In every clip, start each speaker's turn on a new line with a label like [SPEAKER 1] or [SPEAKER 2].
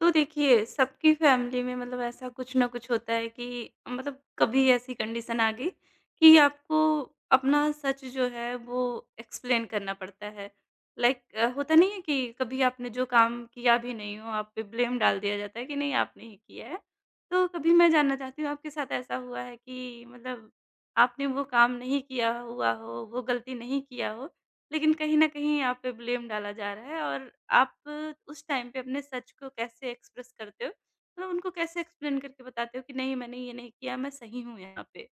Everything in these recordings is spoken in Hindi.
[SPEAKER 1] तो देखिए, सबकी फैमिली में मतलब ऐसा कुछ ना कुछ होता है कि मतलब कभी ऐसी कंडीशन आ गई कि आपको अपना सच जो है वो एक्सप्लेन करना पड़ता है। लाइक होता नहीं है कि कभी आपने जो काम किया भी नहीं हो, आप पे ब्लेम डाल दिया जाता है कि नहीं आपने ही किया है। तो कभी मैं जानना चाहती हूँ आपके साथ ऐसा हुआ है कि मतलब आपने वो काम नहीं किया हुआ हो, वो गलती नहीं किया हो लेकिन कहीं न कहीं आप पे ब्लेम डाला जा रहा है और आप उस टाइम पे अपने सच को कैसे एक्सप्रेस करते हो? मतलब उनको कैसे एक्सप्लेन करके बताते हो कि नहीं मैंने ये नहीं किया, मैं सही हूँ यहाँ पे?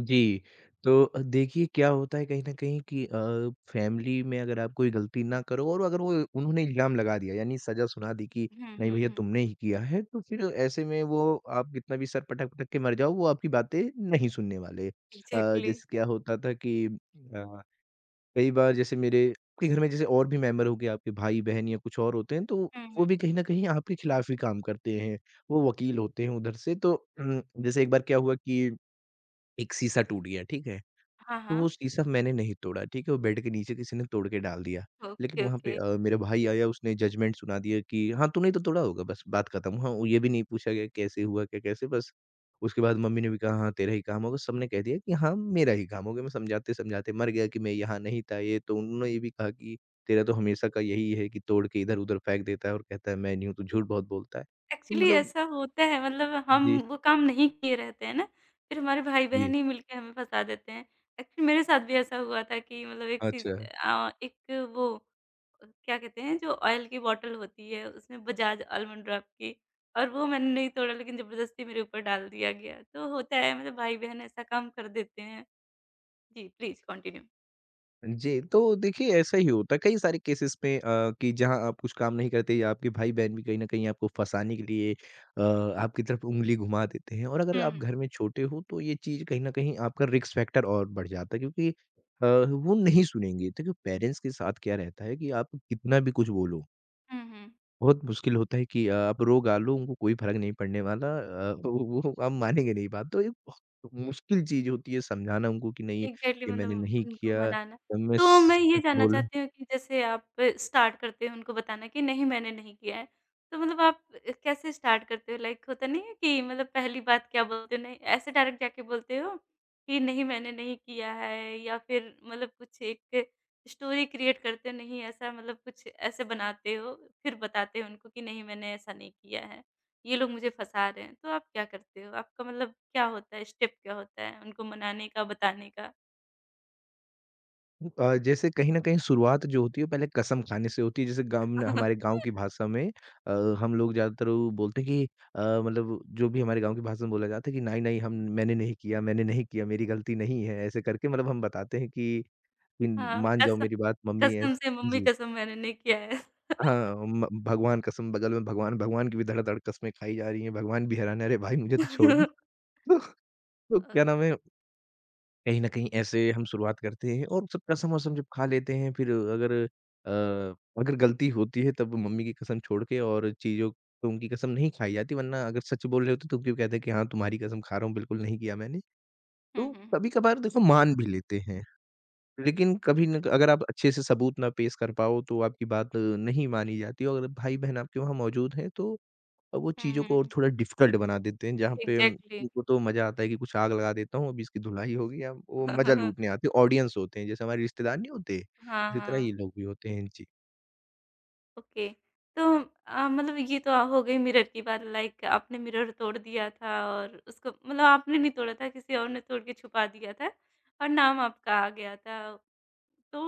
[SPEAKER 2] जी। तो देखिए क्या होता है कहीं न कहीं कि फैमिली में अगर आप कोई गलती ना करो और अगर वो उन्होंने इल्ज़ाम लगा दिया यानी सज़ा सुना दी कि
[SPEAKER 1] हुँ,
[SPEAKER 2] नहीं
[SPEAKER 1] हुँ,
[SPEAKER 2] भैया
[SPEAKER 1] हुँ।
[SPEAKER 2] तुमने ही किया है, तो फिर ऐसे में वो आप कितना भी सर पटक-पटक के मर जाओ वो आपकी बातें नहीं सुनने वाले।
[SPEAKER 1] एग्ज़ैक्टली।
[SPEAKER 2] जैसे क्या होता था कि कई बार जैसे मेरे आपके घर में जैसे और भी मेंबर हो गए आपके भाई-बहन या कुछ और होते हैं, तो
[SPEAKER 1] हुँ, हुँ।
[SPEAKER 2] वो भी कहीं न कहीं आपके खिलाफ ही काम करते हैं। वो वकील होते हैं उधर से तो जैसे एक बार क्या हुआ कि एक शीशा टूट गया, ठीक है?
[SPEAKER 1] हाँ,
[SPEAKER 2] तो वो
[SPEAKER 1] हाँ।
[SPEAKER 2] शीशा मैंने नहीं तोड़ा, ठीक है? वो बेड के नीचे किसी ने तोड़ के डाल दिया। लेकिन
[SPEAKER 1] ओके,
[SPEAKER 2] वहाँ पे
[SPEAKER 1] ओके।
[SPEAKER 2] मेरा भाई आया उसने जजमेंट सुना दिया कि हाँ, तूने ही तो तोड़ा होगा बस बात खत्म। हाँ, वो ये भी नहीं पूछा गया कैसे हुआ, क्या कैसे बस उसके बाद मम्मी ने भी कहा हाँ, तेरा ही काम होगा। सबने कह दिया कि हाँ, मेरा ही काम हो गया। मैं समझाते-समझाते मर गया कि मैं यहाँ नहीं था ये तो उन्होंने ये भी कहा कि तेरा तो हमेशा का यही है कि तोड़ के इधर-उधर फेंक देता है और कहता है मैं नहीं हूँ, तू झूठ बहुत बोलता है। तो
[SPEAKER 1] एक्चुअली
[SPEAKER 2] मतलब
[SPEAKER 1] ऐसा होता है मतलब हम
[SPEAKER 2] जी।
[SPEAKER 1] वो काम नहीं किए रहते हैं ना, फिर हमारे
[SPEAKER 2] जी।
[SPEAKER 1] भाई-बहन ही मिलके हमें फँसा देते हैं। एक्चुअली मेरे साथ भी ऐसा हुआ था कि मतलब एक सीज़
[SPEAKER 2] अच्छा।
[SPEAKER 1] अ, एक वो क्या कहते हैं जो ऑयल की बॉटल होती है उसमें बजाज आलमंड ड्रॉप की और वो मैंने नहीं तोड़ा लेकिन ज़बरदस्ती मेरे ऊपर डाल दिया गया। तो होता है मतलब भाई-बहन ऐसा काम कर देते हैं। जी, प्लीज़ कंटिन्यू।
[SPEAKER 2] जी, तो देखिए ऐसा ही होता है कई सारे केसेस में कि जहाँ आप कुछ काम नहीं करते या आपके भाई-बहन भी कहीं न कहीं आपको फँसाने के लिए आपकी तरफ उँगली घुमा देते हैं और अगर
[SPEAKER 1] हुँ,
[SPEAKER 2] आप
[SPEAKER 1] हुँ।
[SPEAKER 2] घर में छोटे हो तो ये चीज़ कहीं न कहीं आपका रिस्क फैक्टर और बढ़ जाता है क्योंकि वो नहीं सुनेंगे। देखिए पेरेंट्स के साथ क्या रहता है कि आप कितना भी कुछ बोलो
[SPEAKER 1] हुँ, हुँ।
[SPEAKER 2] बहुत मुश्किल होता है कि आप रोग आलो उनको कोई फ़र्क नहीं पड़ने वाला अ, वो आप मानेंगे नहीं बात तो ये बहुत मुश्किल चीज़ होती है समझाना उनको कि नहीं
[SPEAKER 1] एग्ज़ैक्टली
[SPEAKER 2] ये मैंने
[SPEAKER 1] मतलब
[SPEAKER 2] नहीं
[SPEAKER 1] उनको
[SPEAKER 2] किया
[SPEAKER 1] मनाना।
[SPEAKER 2] मैं
[SPEAKER 1] तो मैं ये
[SPEAKER 2] सच
[SPEAKER 1] जानना
[SPEAKER 2] बोल रहा हूँ।
[SPEAKER 1] चाहती हूँ कि जैसे आप स्टार्ट करते हो उनको बताना कि नहीं मैंने नहीं किया है। तो मतलब आप कैसे स्टार्ट करते हो? लाइक होता नहीं है कि मतलब पहली बात क्या बोलते हो? नहीं ऐसे डायरेक्ट जाके बोलते हो कि नहीं मैंने नहीं किया है या फिर मतलब कुछ एक स्टोरी क्रिएट करते हो नहीं ऐसा मतलब कुछ ऐसे बनाते हो फिर बताते हो उनको कि नहीं मैंने ऐसा नहीं किया है। ये लोग मुझे फँसा रहे हैं। तो आप क्या करते हो? आपका मतलब क्या होता है, स्टेप क्या होता है उनको मनाने का, बताने का?
[SPEAKER 2] जैसे कहीं न कहीं शुरुआत जो होती है पहले कसम खाने से होती है जैसे गाँव में हमारे गाँव की भाषा में अ, हम लोग ज़्यादातर वो बोलते हैं कि मतलब जो भी हमारे गाँव की भाषा में बोला जाता है कि नहीं, नहीं हम मैंने नहीं किया मेरी गलती नहीं है ऐसे करके मतलब हम बताते हैं कि इन
[SPEAKER 1] हाँ,
[SPEAKER 2] मान जाओ
[SPEAKER 1] कसम
[SPEAKER 2] मेरी बात मम्मी
[SPEAKER 1] कसम
[SPEAKER 2] ऐस
[SPEAKER 1] से मम्मी
[SPEAKER 2] जी।
[SPEAKER 1] कसम मैंने नहीं किया है।
[SPEAKER 2] हाँ, म भगवान कसम बगल में भगवान, भगवान की भी धड़-धड़ कसमें खाई जा रही हैं, भगवान भी हैरान है, "अरे भाई! मुझे तो छोड़ दो।" तो
[SPEAKER 1] अ,
[SPEAKER 2] क्या नाम है, कहीं न कहीं ऐसे हम शुरुआत करते हैं और सब कसम-वसम जब खा लेते हैं फिर अगर अगर गलती होती है तब मम्मी की कसम छोड़ के और चीज़ों तो उनकी कसम नहीं खाई जाती वरना अगर सच बोल रहे होते तो क्यों कहते हैं कि हाँ, तुम्हारी कसम खा रहा हूँ, बिल्कुल नहीं किया मैंने।
[SPEAKER 1] हुँ,
[SPEAKER 2] तो
[SPEAKER 1] हुँ,
[SPEAKER 2] कभी-कभार देखो मान भी लेते हैं, लेकिन कभी न अगर आप अच्छे से सबूत ना पेश कर पाओ तो आपकी बात नहीं मानी जाती और अगर भाई-बहन आपके वहाँ मौजूद हैं तो अब वो चीज़ों
[SPEAKER 1] हुँ,
[SPEAKER 2] को और
[SPEAKER 1] हुँ,
[SPEAKER 2] थोड़ा डिफ़िकल्ट बना देते हैं, जहाँ पे
[SPEAKER 1] एग्ज़ैक्टली
[SPEAKER 2] उनको तो मज़ा आता है कि कुछ आग लगा देता हूँ, अभी इसकी धुलाई होगी अब वो मज़ा लूटने आते हैं, ऑडियंस होते हैं, जैसे हमारे रिश्तेदार नहीं होते,
[SPEAKER 1] हाँ,
[SPEAKER 2] उसी तरह ये
[SPEAKER 1] हाँ,
[SPEAKER 2] लोग भी होते हैं। जी।
[SPEAKER 1] ओके। तो मतलब ये तो हो गई मिरर की बात लाइक आपने मिरर तोड़ दिया था और उसको मतलब आपने नहीं तोड़ा था किसी और ने तोड़ के छुपा दिया था और नाम आपका आ गया था। तो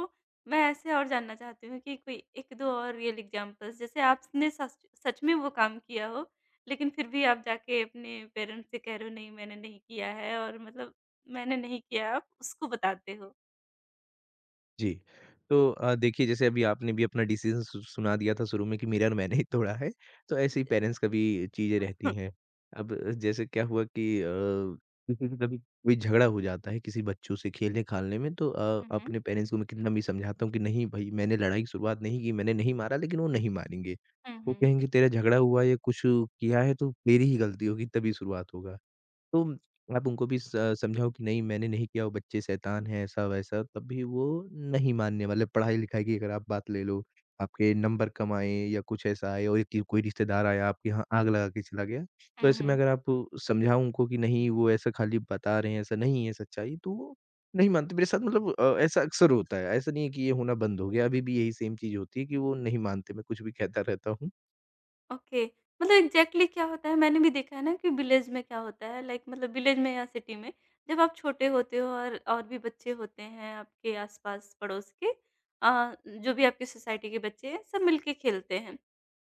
[SPEAKER 1] मैं ऐसे और जानना चाहती हूँ कि कोई 1-2 और रियल एग्ज़ाम्पल्स जैसे आपने सच सच में वो काम किया हो, लेकिन फिर भी आप जाके अपने पेरेंट्स से कह रहे हो नहीं मैंने नहीं किया है और मतलब मैंने नहीं किया, आप उसको बताते हो?
[SPEAKER 2] जी। तो देखिए जैसे अभी आपने भी अपना डिसीज़न सु सुना दिया था शुरू में कि मिरर मैंने ही तोड़ा है, तो ऐसे ही पेरेंट्स का भी चीज़ें रहती
[SPEAKER 1] हुँ,
[SPEAKER 2] हैं। अब जैसे क्या हुआ कि किसी से कभी कोई झगड़ा हो जाता है किसी बच्चों से खेलने-खालने में तो
[SPEAKER 1] हुँ।
[SPEAKER 2] अपने पेरेंट्स को मैं कितना भी समझाता हूँ कि नहीं भई मैंने लड़ाई की शुरुआत नहीं की, मैंने नहीं मारा लेकिन वो नहीं मानेंगे।
[SPEAKER 1] हुँ,
[SPEAKER 2] वो
[SPEAKER 1] हुँ।
[SPEAKER 2] कहेंगे तेरा झगड़ा हुआ या कुछ किया है तो तेरी ही गलती होगी तभी शुरुआत होगा। तो आप उनको भी स समझाओ कि नहीं मैंने नहीं किया, वो बच्चे शैतान हैं, ऐसा-वैसा, तब भी वो नहीं मानने वाले। पढ़ाई-लिखाई की अगर आप बात ले लो, आपके नंबर कम आए या कुछ ऐसा आए और एक कोई रिश्तेदार आया, आपके यहाँ आग लगा के चला गया, तो
[SPEAKER 1] हुँ,
[SPEAKER 2] ऐसे में
[SPEAKER 1] हुँ।
[SPEAKER 2] अगर आप समझाओ उनको कि नहीं वो ऐसा खाली बता रहे हैं, ऐसा नहीं है सच्चाई, तो वो नहीं मानते। मेरे साथ मतलब ऐसा अक्सर होता है, ऐसा नहीं है कि ये होना बंद हो गया, अभी भी यही सेम चीज़ होती है कि वो नहीं मानते, मैं कुछ भी कहता रहता हूँ।
[SPEAKER 1] ओके, मतलब एग्ज़ैक्टली क्या होता है मैंने भी देखा है ना कि विलेज में क्या होता है लाइक मतलब विलेज में या सिटी में जब आप छोटे होते हो और भी बच्चे होते हैं आपके आस-पास पड़ोस के जो भी आपकी सोसाइटी के बच्चे हैं सब मिलके खेलते हैं।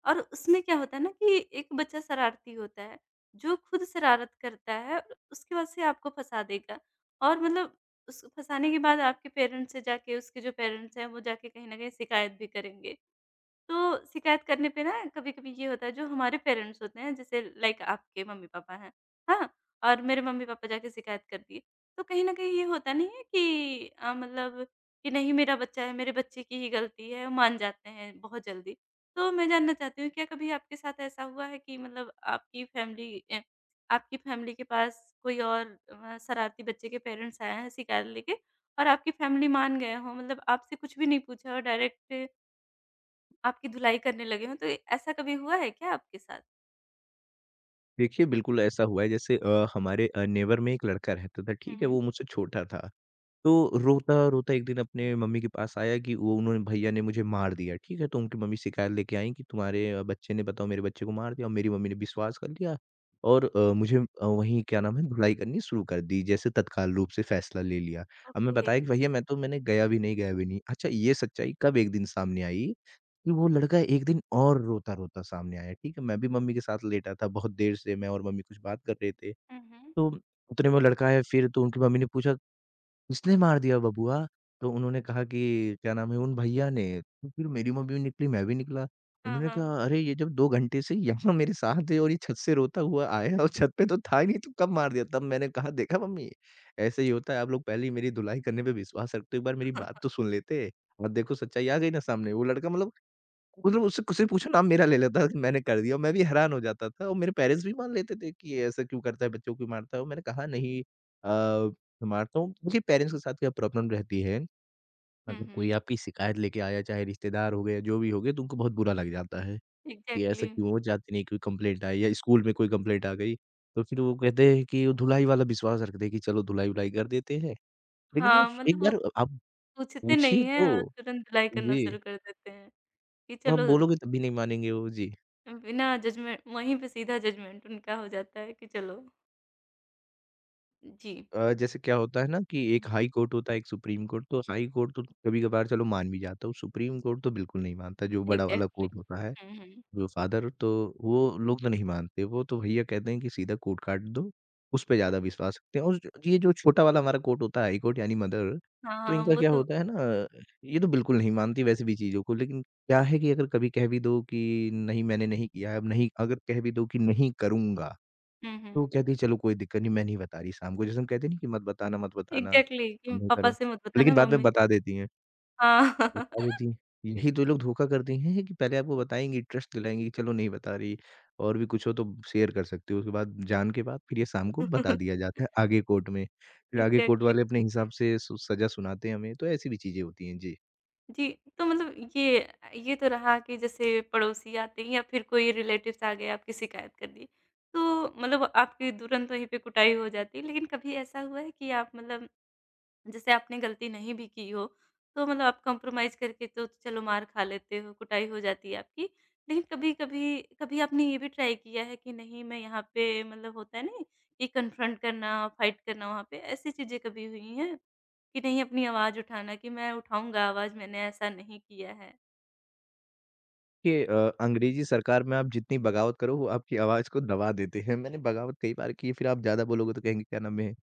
[SPEAKER 1] और उसमें क्या होता है ना कि एक बच्चा शरारती होता है, जो खुद शरारत करता है उसके बाद से आपको फँसा देगा और मतलब उस फँसाने के बाद आपके पेरेंट्स से जाके उसके जो पेरेंट्स हैं वो जाके कहीं न कहीं शिकायत भी करेंगे। तो शिकायत करने पे ना कभी-कभी ये होता है जो हमारे पेरेंट्स होते हैं जैसे लाइक आपके मम्मी-पापा हैं, हाँ? और मेरे मम्मी-पापा जाके शिकायत कर दिए। तो कहीं न कहीं ये होता नहीं है कि मतलब कि नहीं मेरा बच्चा है, मेरे बच्चे की ही गलती है, मान जाते हैं बहुत जल्दी। तो मैं जानना चाहती हूँ क्या कभी आपके साथ ऐसा हुआ है कि मतलब आपकी फैमिली के पास कोई और शरारती बच्चे के पेरेंट्स आए हैं शिकायत लेके और आपकी फैमिली मान गए हों मतलब आपसे कुछ भी नहीं पूछा और डायरेक्ट आपकी धुलाई करने लगे हों, तो ऐसा कभी हुआ है क्या आपके साथ?
[SPEAKER 2] देखिए, बिल्कुल ऐसा हुआ है जैसे हमारे नेबर में एक लड़का रहता था,
[SPEAKER 1] हुँ,
[SPEAKER 2] ठीक है? वो
[SPEAKER 1] हुँ।
[SPEAKER 2] मुझसे छोटा था, तो रोता-रोता एक दिन अपने मम्मी के पास आया कि वो उन्होंने भैया ने मुझे मार दिया, ठीक है? तो उनकी मम्मी शिकायत लेके आईं कि तुम्हारे बच्चे ने बताओ मेरे बच्चे को मार दिया और मेरी मम्मी ने विश्वास कर लिया और मुझे वहीं क्या नाम है धुलाई करनी शुरू कर दी, जैसे तत्काल रूप से फ़ैसला ले लिया। अब मैं
[SPEAKER 1] ओके।
[SPEAKER 2] बताया कि भैया मैं तो मैंने गया भी नहीं, गया भी नहीं। अच्छा ये सच्चाई कब एक दिन सामने आई कि वो लड़का एक दिन और रोता-रोता सामने आया, ठीक है? मैं भी मम्मी के साथ लेटा था बहुत देर से, मैं और मम्मी कुछ बात कर रहे थे।
[SPEAKER 1] हुँ, हुँ।
[SPEAKER 2] तो उतने में वो लड़का आया फिर तो उनकी मम्मी ने पूछा, "किसने मार दिया बबुआ?" तो उन्होंने कहा कि क्या नाम है, "उन भैया ने।" तो फिर मेरी मम्मी भी निकली, मैं भी निकला।
[SPEAKER 1] हाँ,
[SPEAKER 2] उन्होंने
[SPEAKER 1] हाँ।
[SPEAKER 2] कहा, "अरे! ये जब 2 घंटे से यहाँ मेरे साथ है और ये छत से रोता हुआ आया और छत पे तो था ही नहीं, तो कब मार दिया?" तब मैंने कहा, "देखा मम्मी, ऐसे ही होता है, आप लोग पहले ही मेरी धुलाई करने पे विश्वास रखते हो, एक बार मेरी बात तो सुन लेते। और देखो सच्चाई आ गई ना सामने।" वो लड़का मतलब मतलब उससे उससे पूछो ना मेरा ले लेता था कि मैंने कर दिया और मैं भी हैरान हो जाता था और मेरे पेरेंट्स भी मान लेते थे कि ये ऐसा क्यों करता है, बच्चों को क्यों मारता है और मैंने कहा नहीं मारता हूँ। देखिए पेरेंट्स के साथ क्या प्रॉब्लम रहती है,
[SPEAKER 1] हुँ,
[SPEAKER 2] अगर
[SPEAKER 1] हुँ।
[SPEAKER 2] कोई आपकी शिकायत लेके आया चाहे रिश्तेदार हो गए या जो भी हो गए तो उनको बहुत बुरा लग जाता है, कि ऐसा
[SPEAKER 1] एग्ज़ैक्टली।
[SPEAKER 2] क्यों हो जाते नहीं कोई कंप्लेंट आई या स्कूल में कोई कंप्लेंट आ गई, तो फिर वो कहते हैं कि वो धुलाई वाला विश्वास रखते हैं कि चलो धुलाई-वुलाई कर देते हैं, लेकिन वो
[SPEAKER 1] हाँ,
[SPEAKER 2] एक
[SPEAKER 1] मतलब वो
[SPEAKER 2] बार आप
[SPEAKER 1] पूछते
[SPEAKER 2] पूछिए
[SPEAKER 1] नहीं हैं और
[SPEAKER 2] तो
[SPEAKER 1] तुरंत धुलाई करना
[SPEAKER 2] जी,
[SPEAKER 1] शुरू कर देते हैं कि
[SPEAKER 2] और आप
[SPEAKER 1] चलो
[SPEAKER 2] बोलोगे तब भी नहीं मानेंगे वो। जी।
[SPEAKER 1] बिना जजमेंट वहीं पे सीधा जजमेंट उनका हो जाता है कि चलो जी।
[SPEAKER 2] जैसे क्या होता है ना कि एक
[SPEAKER 1] हुँ,
[SPEAKER 2] हाई
[SPEAKER 1] हुँ।
[SPEAKER 2] कोर्ट होता है, एक सुप्रीम कोर्ट, तो हाई कोर्ट तो कभी-कभार चलो मान भी जाता हूँ, सुप्रीम कोर्ट तो बिल्कुल नहीं मानता, जो बड़ा वाला
[SPEAKER 1] एग्ज़ैक्टली।
[SPEAKER 2] कोर्ट होता है,
[SPEAKER 1] हुँ, हुँ।
[SPEAKER 2] जो फादर तो वो लोग तो नहीं मानते, वो तो भैया कहते हैं कि सीधा कोर्ट काट दो, उस पे
[SPEAKER 1] ह
[SPEAKER 2] ज़्यादा विश्वास रखते हैं और जो- ये जो छोटा वाला हमारा कोर्ट होता है, हाई कोर्ट यानी मदर,
[SPEAKER 1] हाँ,
[SPEAKER 2] तो
[SPEAKER 1] हाँ,
[SPEAKER 2] इनका
[SPEAKER 1] वो
[SPEAKER 2] क्या
[SPEAKER 1] तो
[SPEAKER 2] होता है ना, ये तो बिल्कुल नहीं मानती वैसे भी चीज़ों को, लेकिन क्या है कि अगर कभी कह भी दो कि नहीं मैंने नहीं किया है, अब नहीं अगर कह भी दो कि नहीं करूँगा
[SPEAKER 1] हुँ,
[SPEAKER 2] तो वो
[SPEAKER 1] हुँ।
[SPEAKER 2] कहती है, "चलो कोई दिक्कत नहीं, मैं नहीं बता रही शाम को।" जैसे हम कहते नहीं कि मत बताना, मत बताना,
[SPEAKER 1] एग्ज़ैक्टली
[SPEAKER 2] अब
[SPEAKER 1] कि
[SPEAKER 2] नहीं
[SPEAKER 1] पापा
[SPEAKER 2] करूँ।
[SPEAKER 1] से मत
[SPEAKER 2] लेकिन
[SPEAKER 1] बताना
[SPEAKER 2] बाद में
[SPEAKER 1] मम्मी
[SPEAKER 2] बता देती हैं,
[SPEAKER 1] हाँ।
[SPEAKER 2] बता देती हैं। यही तो लोग धोखा करते हैं कि पहले आपको बताएँगी, ट्रस्ट दिलाएँगी कि चलो नहीं बता रही और भी कुछ हो तो शेयर कर सकते हो। उसके बाद जान के बाद फिर ये शाम को बता दिया जाता है आगे कोर्ट में। फिर आगे कोर्ट
[SPEAKER 1] एग्ज़ैक्टली।
[SPEAKER 2] वाले अपने हिसाब से सु सज़ा सुनाते हैं हमें, तो ऐसी भी चीज़ें होती हैं। जी।
[SPEAKER 1] जी, तो मतलब ये तो रहा कि जैसे पड़ोसी आते हैं या फिर कोई रिलेटिव्स आ गए आपकी शिकायत कर दी, तो मतलब आपकी तुरंत वहीं पे कुटाई हो जाती है। लेकिन कभी ऐसा हुआ है कि आप मतलब जैसे आपने गलती नहीं भी की हो, तो मतलब आप कॉम्प्रोमाइज़ करके तो चलो मार खा लेते हो, कुटाई हो जाती है आपकी। लेकिन कभी-कभी कभी कभी आपने ये भी ट्राई किया है कि नहीं मैं यहाँ पे मतलब होता है ना कि कन्फ्रंट करना, फाइट करना वहाँ पे, ऐसी चीज़ें कभी हुई हैं? कि नहीं अपनी आवाज़ उठाना कि मैं उठाऊँगा आवाज़ मैंने ऐसा नहीं किया है।
[SPEAKER 2] देखिए अंग्रेज़ी सरकार में आप जितनी बगावत करो वो आपकी आवाज़ को दबा देते हैं। मैंने बगावत कई बार की है फिर आप ज़्यादा बोलोगे तो कहेंगे क्या नाम है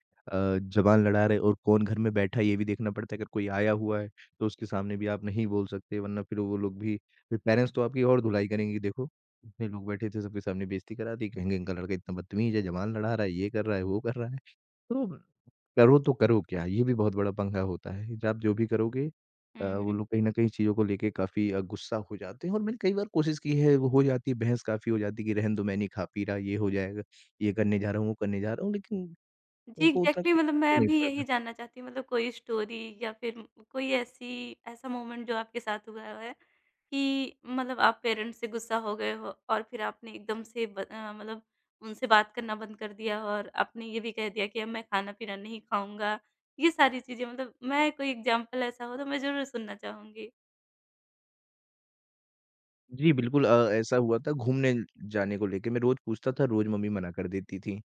[SPEAKER 2] ज़बान लड़ा रहे और कौन घर में बैठा है ये भी देखना पड़ता है। अगर कोई आया हुआ है तो उसके सामने भी आप नहीं बोल सकते वरना फिर वो लोग भी फिर पेरेंट्स तो आपकी और धुलाई करेंगे कि देखो इतने लोग बैठे थे सबके सामने बेइज़्ज़ती करा दी। कहेंगे इनका लड़का इतना बदतमीज़ है, ज़बान लड़ा रहा है, ये कर रहा है, वो कर रहा है। तो तो करो क्या? ये भी बहुत बड़ा पंगा होता है। ज आप जो भी करोगे
[SPEAKER 1] हुँ,
[SPEAKER 2] वो
[SPEAKER 1] हुँ।
[SPEAKER 2] लोग कहीं न कहीं चीज़ों को लेके काफ़ी गुस्सा हो जाते हैं और मैंने कई बार कोशिश की है, वो हो जाती है, बहस काफ़ी हो जाती है कि रहने दो मैं नहीं खा पी रहा, ये हो जाएगा, ये करने जा रहा हूँ, वो करने जा रहा हूँ, लेकिन
[SPEAKER 1] जी,
[SPEAKER 2] उनको उतना
[SPEAKER 1] एग्ज़ैक्टली
[SPEAKER 2] कुछ
[SPEAKER 1] मतलब मैं
[SPEAKER 2] नहीं
[SPEAKER 1] भी यही
[SPEAKER 2] पड़ता।
[SPEAKER 1] जानना चाहती हूँ मतलब कोई स्टोरी या फ़िर कोई ऐसी ऐसा मोमेंट जो आपके साथ हुआ है कि मतलब आप पेरेंट्स से गुस्सा हो गए हो और फ़िर आपने एकदम से मतलब उनसे बात करना बंद कर दिया और आपने ये भी कह दिया कि अब मैं खाना-पीना नहीं खाऊँगा। ये सारी चीज़ें मतलब मैं कोई एग्ज़ाम्पल ऐसा हो तो मैं ज़रूर सुनना चाहूँगी?
[SPEAKER 2] जी, बिल्कुल ऐसा हुआ था घूमने जाने को लेके मैं रोज़ पूछता था, रोज़ मम्मी मना कर देती थी।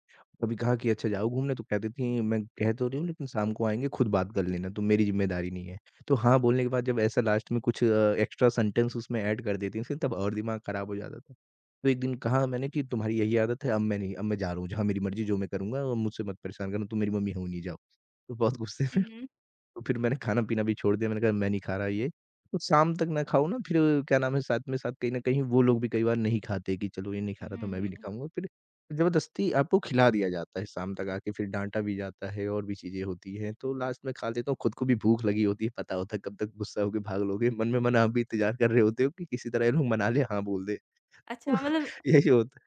[SPEAKER 2] कभी कहा कि अच्छा जाओ घूमने तो कहती थी मैं कह तो रही हूँ लेकिन शाम को आएँगे खुद बात कर लेना, तुम मेरी ज़िम्मेदारी नहीं है। तो हाँ, बोलने के बाद जब ऐसा लास्ट में कुछ एक्स्ट्रा सेंटेंस उसमें ऐड कर देती थी तब और दिमाग खराब हो जाता था। तो एक दिन कहा मैंने कि तुम्हारी यही आदत है, अब मैं नहीं अब मैं जा रहा हूँ, जहाँ मेरी मर्ज़ी जो मैं करूँगा मुझसे मत परेशान करना, तुम मेरी मम्मी हो नहीं, जाओ। तो बहुत गुस्से
[SPEAKER 1] हुँ,
[SPEAKER 2] में
[SPEAKER 1] हुँ।
[SPEAKER 2] तो फिर मैंने खाना-पीना भी छोड़ दिया, मैंने कहा मैं नहीं खा रहा ये। तो शाम तक ना खाओ ना फिर क्या नाम है साथ में साथ कहीं न कहीं वो लोग भी कई बार नहीं खाते कि चलो ये नहीं खा रहा तो
[SPEAKER 1] हुँ,
[SPEAKER 2] मैं भी नहीं
[SPEAKER 1] हुँ।
[SPEAKER 2] खाऊँगा। फिर ज़बरदस्ती आपको खिला दिया जाता है शाम तक आके फिर डाँटा भी जाता है और भी चीज़ें होती हैं। तो लास्ट में खा लेता हूँ, खुद को भी भूख लगी होती है, पता होता है कब तक गुस्सा होके भाग लोगे। मन आप भी इंतज़ार कर रहे होते हो कि किसी तरह ये लोग मना ले हाँ बोल दे।
[SPEAKER 1] अच्छा मतलब
[SPEAKER 2] यही होता है।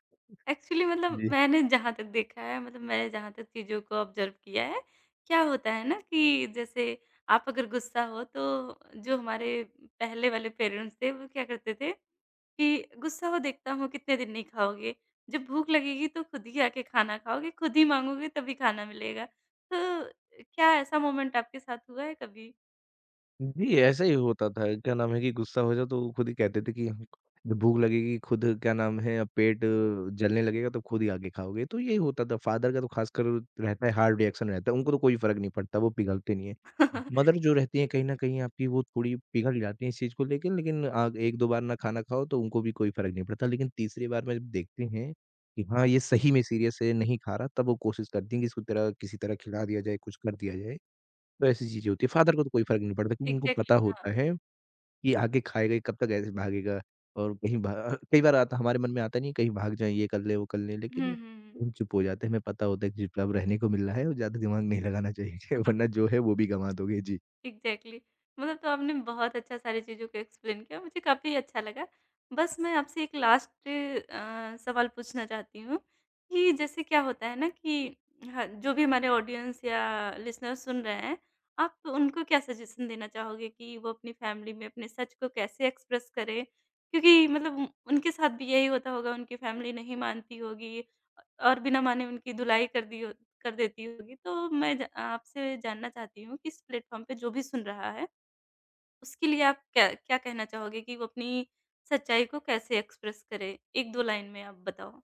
[SPEAKER 1] एक्चुअली मतलब
[SPEAKER 2] जी।
[SPEAKER 1] मैंने जहाँ तक देखा है मतलब मैंने जहाँ तक चीज़ों को ऑब्ज़र्व किया है, क्या होता है ना कि जैसे आप अगर गुस्सा हो तो जो हमारे पहले वाले पेरेंट्स थे वो क्या करते थे कि गुस्सा हो देखता हूँ कितने दिन नहीं खाओगे, जब भूख लगेगी तो खुद ही आके खाना खाओगे, खुद ही माँगोगे तभी खाना मिलेगा। तो क्या ऐसा मोमेंट आपके साथ हुआ है कभी?
[SPEAKER 2] जी, ऐसा ही होता था। क्या नाम है कि गुस्सा हो जाओ तो वो खुद ही कहते थे कि जब भूख लगेगी खुद क्या नाम है अब पेट जलने लगेगा तो खुद ही आके खाओगे। तो यही होता था। फ़ादर का तो ख़ासकर रहता है हार्ड रिएक्शन रहता है। उनको तो कोई फ़र्क नहीं पड़ता, वो पिघलते नहीं हैं। मदर जो रहती हैं कहीं न कहीं आपकी वो थोड़ी पिघल जाती हैं इस चीज़ को लेके लेकिन 1-2 बार ना खाना खाओ तो उनको भी कोई फ़र्क नहीं पड़ता। लेकिन तीसरी बार में जब देखते हैं कि हाँ, ये सही में सीरियस है, नहीं खा रहा तब वो कोशिश करती हैं कि इसको तेरा किसी तरह खिला दिया जाए, कुछ कर दिया जाए। तो ऐसी चीज़ें होती है। फादर को तो कोई फ़र्क नहीं पड़ता क्योंकि उनको पता
[SPEAKER 1] एग्ज़ैक्टली
[SPEAKER 2] होता
[SPEAKER 1] हाँ।
[SPEAKER 2] है कि आगे खाएगा ये, कब तक ऐसे भागेगा और कहीं भा कई बार आता हमारे मन में आता नहीं है कहीं भाग जाएँ, ये कर लें, वो कर लें,
[SPEAKER 1] हुँ,
[SPEAKER 2] लेकिन
[SPEAKER 1] हुँ,
[SPEAKER 2] हम चुप हो जाते हैं। हमें पता होता है कि जितना अब रहने को मिल रहा है और ज़्यादा दिमाग नहीं लगाना चाहिए
[SPEAKER 1] हुँ।
[SPEAKER 2] वरना जो है वो भी गँवा दोगे। जी।
[SPEAKER 1] एग्ज़ैक्टली मतलब तो आपने बहुत अच्छा सारी चीज़ों को एक्सप्लेन किया, मुझे काफ़ी अच्छा लगा। बस मैं आपसे एक लास्ट सवाल पूछना चाहती हूँ कि जैसे क्या होता है ना कि ह जो भी हमारे ऑडियंस या लिसनर सुन रहे हैं, आप उनको क्या सजेशन देना चाहोगे कि वो अपनी फैमिली में अपने सच को कैसे एक्सप्रेस करें? क्योंकि मतलब उनके साथ भी यही होता होगा, उनकी फैमिली नहीं मानती होगी और बिना माने उनकी धुलाई कर दी हो कर देती होगी। तो मैं ज आपसे जानना चाहती हूँ कि इस प्लेटफ़ॉर्म पे जो भी सुन रहा है, उसके लिए आप क्या क्या कहना चाहोगे कि वो अपनी सच्चाई को कैसे एक्सप्रेस करे? 1-2 लाइन में आप बताओ?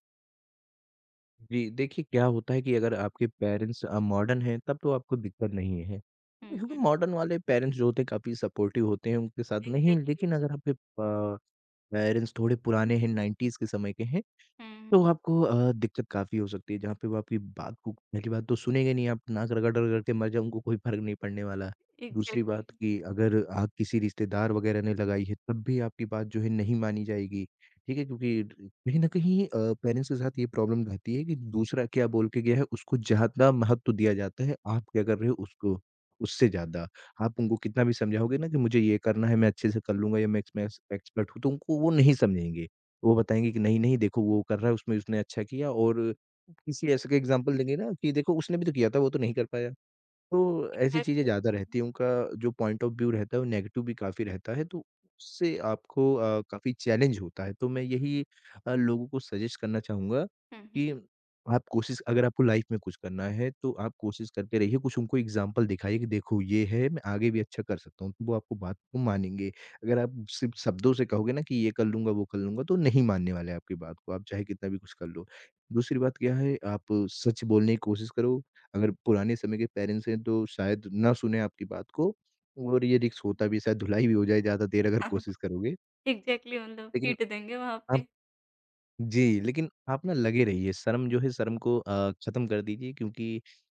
[SPEAKER 2] जी, देखिए क्या होता है कि अगर आपके पेरेंट्स मॉडर्न हैं तब तो आपको दिक्कत नहीं है।
[SPEAKER 1] हुँ,
[SPEAKER 2] क्योंकि
[SPEAKER 1] हुँ।
[SPEAKER 2] मॉडर्न वाले पेरेंट्स जो होते हैं काफ़ी सपोर्टिव होते हैं उनके साथ नहीं
[SPEAKER 1] एग्ज़ैक्टली।
[SPEAKER 2] लेकिन अगर आपके प पेरेंट्स थोड़े पुराने हैं 90s के समय के हैं
[SPEAKER 1] हुँ,
[SPEAKER 2] तो आपको दिक्कत काफ़ी हो सकती है, जहाँ पे वो आपकी बात को पहली बात तो सुनेंगे नहीं, आप नाक रगड़-रगड़ के मर जाओ, उनको कोई फ़र्क नहीं पड़ने वाला। दूसरी बात
[SPEAKER 1] एग्ज़ैक्टली,
[SPEAKER 2] कि अगर आग किसी रिश्तेदार वगैरह ने लगाई है, तब भी आपकी बात जो है नहीं मानी जाएगी, ठीक है? क्योंकि कहीं न कहीं पेरेंट्स के साथ ये प्रॉब्लम रहती है कि दूसरा क्या बोल के गया है, उसको ज़्यादा महत्व दिया जाता है, आप क्या कर रहे हो उसको उससे ज़्यादा। आप उनको कितना भी समझाओगे ना कि मुझे ये करना है, मैं अच्छे से कर लूँगा या मैं इसमें एक्सपर्ट हूँ, तो उनको वो नहीं समझेंगे। वो बताएँगे कि नहीं, नहीं देखो वो कर रहा है उसमें उसने अच्छा किया और किसी ऐसे का एग्ज़ाम्पल देंगे ना कि देखो उसने भी तो किया था, वो तो नहीं कर पाया। तो ऐसी चीज़ें ज़्यादा
[SPEAKER 1] एग्ज़ैक्टली।
[SPEAKER 2] रहती हैं, उनका जो पॉइंट ऑफ व्यू रहता है, वो नेगेटिव भी काफ़ी रहता है, तो उससे आपको काफ़ी चैलेंज होता है। तो मैं यही लोगों को सजेस्ट करना चाहूँगा
[SPEAKER 1] हुँ, हुँ।
[SPEAKER 2] कि आप कोशिश अगर आपको लाइफ़ में कुछ करना है, तो आप कोशिश करते रहिए, कुछ उनको एग्ज़ाम्पल दिखाइए कि देखो ये है, मैं आगे भी अच्छा कर सकता हूँ, तो वो आपको बात को मानेंगे। अगर आप सिर्फ़ शब्दों से कहोगे ना कि ये कर लूँगा, वो कर लूँगा, तो नहीं मानने वाले हैं आपकी बात को, आप चाहे कितना भी कुछ कर लो। दूसरी बात क्या है, आप सच बोलने की कोशिश करो। अगर पुराने समय के पेरेंट्स हैं तो शायद ना सुने आपकी बात को और ये रिस्क होता भी है, शायद धुलाई भी हो जाए ज़्यादा देर अगर
[SPEAKER 1] हाँ, हाँ, हाँ।
[SPEAKER 2] कोशिश करोगे।
[SPEAKER 1] एग्ज़ैक्टली मतलब
[SPEAKER 2] लेकिन
[SPEAKER 1] पीट देंगे वहाँ
[SPEAKER 2] आप
[SPEAKER 1] पे।
[SPEAKER 2] जी, लेकिन आप ना लगे रहिए, शर्म जो है शर्म को ख़त्म कर दीजिए क्योंकि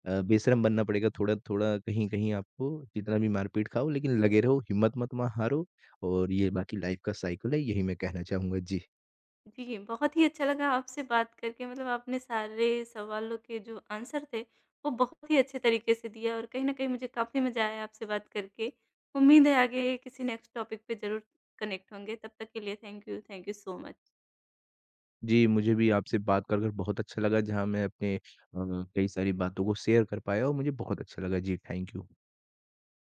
[SPEAKER 2] बेशर्म बनना पड़ेगा थोड़ा-थोड़ा, कहीं-कहीं आपको जितना भी मार-पीट खाओ लेकिन लगे रहो, हिम्मत मत मा हारो और ये बाकी लाइफ़ का साइकिल है, यही मैं कहना चाहूँगा। जी।
[SPEAKER 1] जी, बहुत ही अच्छा लगा आपसे बात करके मतलब आपने सारे सवालों के जो आंसर थे, वो बहुत ही अच्छे तरीके से दिए और कहीं न कहीं मुझे काफ़ी मज़ा आया आपसे बात करके। उम्मीद है आगे किसी नेक्स्ट टॉपिक पे ज़रूर कनेक्ट होंगे, तब तक के लिए थैंक यू सो मच।
[SPEAKER 2] जी, मुझे भी आपसे बात कर कर बहुत अच्छा लगा जहाँ मैं अपने कई सारी बातों को शेयर कर पाया और मुझे बहुत अच्छा लगा। जी, थैंक यू।